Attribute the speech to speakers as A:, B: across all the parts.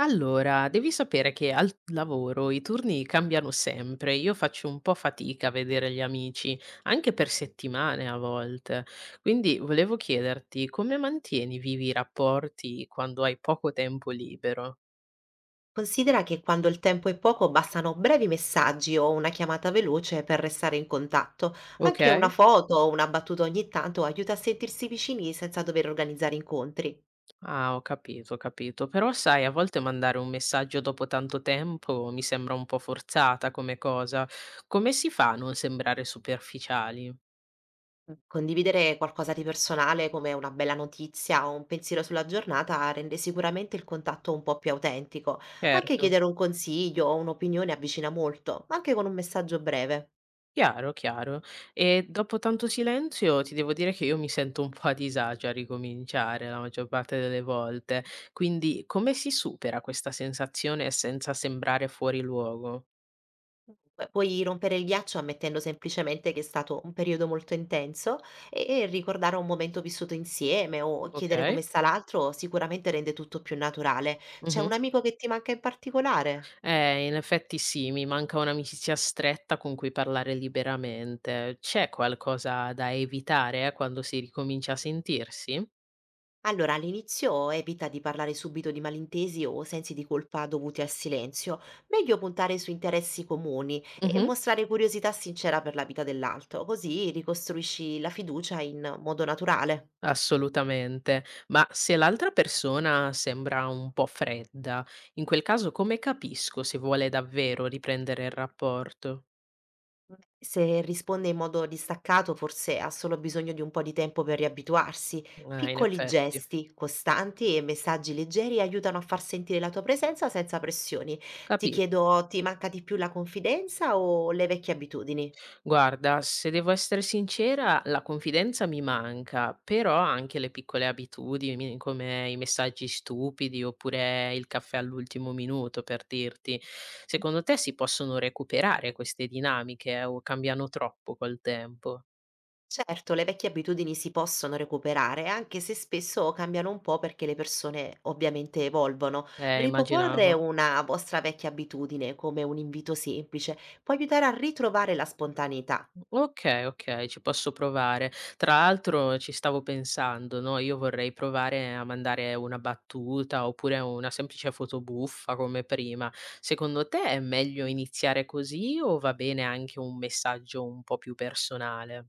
A: Allora, devi sapere che al lavoro i turni cambiano sempre, io faccio un po' fatica a vedere gli amici, anche per settimane a volte. Quindi volevo chiederti come mantieni vivi i rapporti quando hai poco tempo libero?
B: Considera che quando il tempo è poco bastano brevi messaggi o una chiamata veloce per restare in contatto.
A: Ok?
B: Anche una foto o una battuta ogni tanto aiuta a sentirsi vicini senza dover organizzare incontri.
A: Ah, ho capito, ho capito. Però sai, a volte mandare un messaggio dopo tanto tempo mi sembra un po' forzata come cosa. Come si fa a non sembrare superficiali?
B: Condividere qualcosa di personale come una bella notizia o un pensiero sulla giornata rende sicuramente il contatto un po' più autentico. Anche
A: Certo.
B: chiedere un consiglio o un'opinione avvicina molto, anche con un messaggio breve.
A: Chiaro, chiaro. E dopo tanto silenzio ti devo dire che io mi sento un po' a disagio a ricominciare la maggior parte delle volte. Quindi come si supera questa sensazione senza sembrare fuori luogo?
B: Beh, puoi rompere il ghiaccio ammettendo semplicemente che è stato un periodo molto intenso e ricordare un momento vissuto insieme o chiedere
A: Okay.
B: come sta l'altro sicuramente rende tutto più naturale. C'è
A: Mh-mh.
B: un amico che ti manca in particolare?
A: In effetti sì, mi manca un'amicizia stretta con cui parlare liberamente. C'è qualcosa da evitare quando si ricomincia a sentirsi?
B: Allora, all'inizio evita di parlare subito di malintesi o sensi di colpa dovuti al silenzio. Meglio puntare su interessi comuni e
A: Mh-mh.
B: mostrare curiosità sincera per la vita dell'altro, così ricostruisci la fiducia in modo naturale.
A: Assolutamente. Ma se l'altra persona sembra un po' fredda, in quel caso come capisco se vuole davvero riprendere il rapporto?
B: Se risponde in modo distaccato, forse ha solo bisogno di un po' di tempo per riabituarsi.
A: In
B: Piccoli
A: effetti.
B: gesti, costanti e messaggi leggeri aiutano a far sentire la tua presenza senza pressioni. Ti
A: Capi
B: chiedo, ti manca di più la confidenza o le vecchie abitudini?
A: guarda, se devo essere sincera, la confidenza mi manca, però anche le piccole abitudini, come i messaggi stupidi oppure il caffè all'ultimo minuto, per dirti. Secondo te si possono recuperare queste dinamiche o cambiano troppo col tempo?
B: Certo, le vecchie abitudini si possono recuperare, anche se spesso cambiano un po' perché le persone ovviamente evolvono. Riproporre
A: Immaginavo.
B: una vostra vecchia abitudine come un invito semplice può aiutare a ritrovare la spontaneità.
A: Okay, okay, ci posso provare. Tra l'altro ci stavo pensando, no, io vorrei provare a mandare una battuta oppure una semplice foto buffa come prima. Secondo te è meglio iniziare così o va bene anche un messaggio un po' più personale?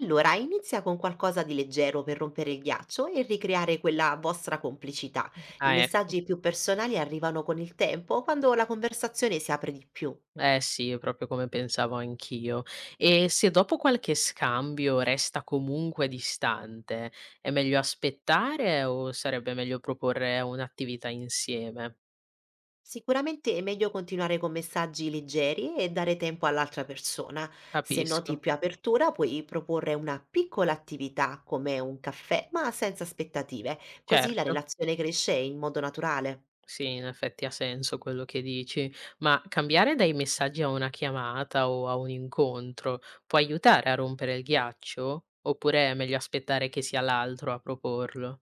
B: Allora, inizia con qualcosa di leggero per rompere il ghiaccio e ricreare quella vostra complicità. I
A: Ah, ecco.
B: messaggi più personali arrivano con il tempo, quando la conversazione si apre di più.
A: Eh sì, proprio come pensavo anch'io. E se dopo qualche scambio resta comunque distante, è meglio aspettare o sarebbe meglio proporre un'attività insieme?
B: Sicuramente è meglio continuare con messaggi leggeri e dare tempo all'altra persona. Se noti
A: Capisco.
B: più apertura, puoi proporre una piccola attività come un caffè, ma senza aspettative, così la
A: Certo,
B: relazione cresce in modo naturale.
A: sì, in effetti ha senso quello che dici, ma cambiare dai messaggi a una chiamata o a un incontro può aiutare a rompere il ghiaccio? Oppure è meglio aspettare che sia l'altro a proporlo?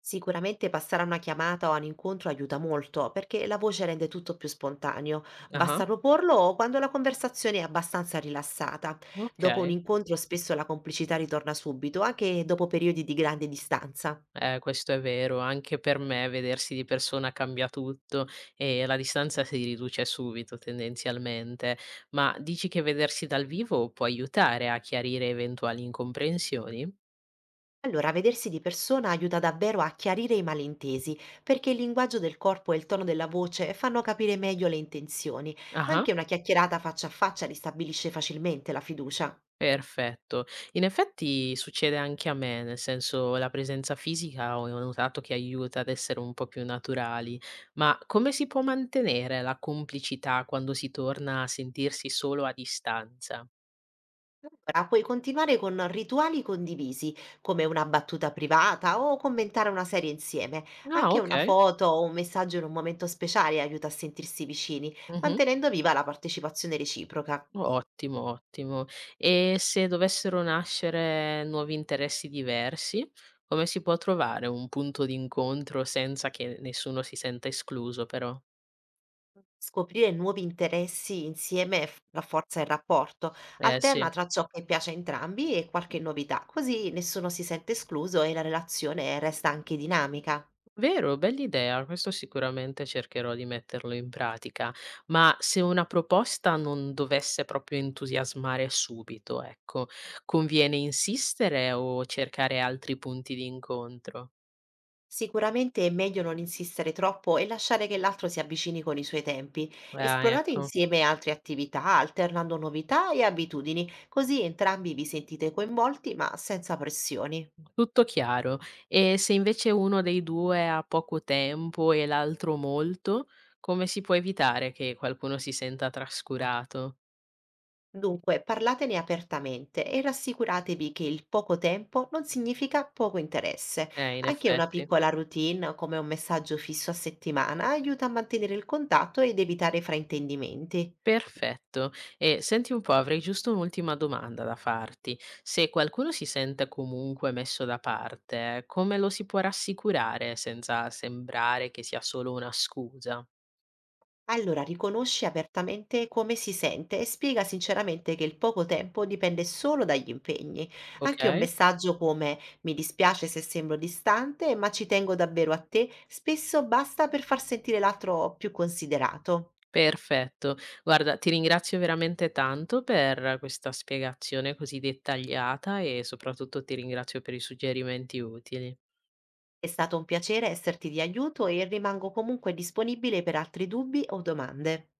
B: Sicuramente passare a una chiamata o a un incontro aiuta molto, perché la voce rende tutto più spontaneo.
A: Ah-ah,
B: Basta proporlo quando la conversazione è abbastanza rilassata. Dopo un
A: ok.
B: incontro spesso la complicità ritorna subito, anche dopo periodi di grande distanza.
A: Questo è vero, anche per me vedersi di persona cambia tutto e la distanza si riduce subito tendenzialmente. Ma dici che vedersi dal vivo può aiutare a chiarire eventuali incomprensioni?
B: Allora, vedersi di persona aiuta davvero a chiarire i malintesi, perché il linguaggio del corpo e il tono della voce fanno capire meglio le intenzioni.
A: Ah-ah.
B: Anche una chiacchierata faccia a faccia ristabilisce facilmente la fiducia.
A: Perfetto. In effetti succede anche a me, nel senso la presenza fisica ho notato che aiuta ad essere un po' più naturali, ma come si può mantenere la complicità quando si torna a sentirsi solo a distanza?
B: Allora, puoi continuare con rituali condivisi, come una battuta privata o commentare una serie insieme.
A: Ah,
B: Anche una
A: okay.
B: foto o un messaggio in un momento speciale aiuta a sentirsi vicini,
A: Mh-mh.
B: mantenendo viva la partecipazione reciproca.
A: Ottimo, ottimo. E se dovessero nascere nuovi interessi diversi, come si può trovare un punto d'incontro senza che nessuno si senta escluso però?
B: Scoprire nuovi interessi insieme rafforza il rapporto, alterna
A: Sì.
B: tra ciò che piace a entrambi e qualche novità, così nessuno si sente escluso e la relazione resta anche dinamica.
A: Vero, bell'idea, questo sicuramente cercherò di metterlo in pratica, ma se una proposta non dovesse proprio entusiasmare subito, ecco, conviene insistere o cercare altri punti di incontro?
B: Sicuramente è meglio non insistere troppo e lasciare che l'altro si avvicini con i suoi tempi.
A: Ah,
B: Esplorate
A: ecco,
B: insieme altre attività, alternando novità e abitudini, così entrambi vi sentite coinvolti ma senza pressioni.
A: tutto chiaro. E se invece uno dei due ha poco tempo e l'altro molto, come si può evitare che qualcuno si senta trascurato?
B: Dunque, parlatene apertamente e rassicuratevi che il poco tempo non significa poco interesse.
A: In
B: Anche una
A: effetti.
B: piccola routine, come un messaggio fisso a settimana, aiuta a mantenere il contatto ed evitare fraintendimenti.
A: Perfetto. E senti un po', avrei giusto un'ultima domanda da farti. Se qualcuno si sente comunque messo da parte, come lo si può rassicurare senza sembrare che sia solo una scusa?
B: Allora, riconosce apertamente come si sente e spiega sinceramente che il poco tempo dipende solo dagli impegni. Anche un
A: Ok?
B: messaggio come "mi dispiace se sembro distante, ma ci tengo davvero a te", spesso basta per far sentire l'altro più considerato.
A: Perfetto. Guarda, ti ringrazio veramente tanto per questa spiegazione così dettagliata e soprattutto ti ringrazio per i suggerimenti utili.
B: È stato un piacere esserti di aiuto e rimango comunque disponibile per altri dubbi o domande.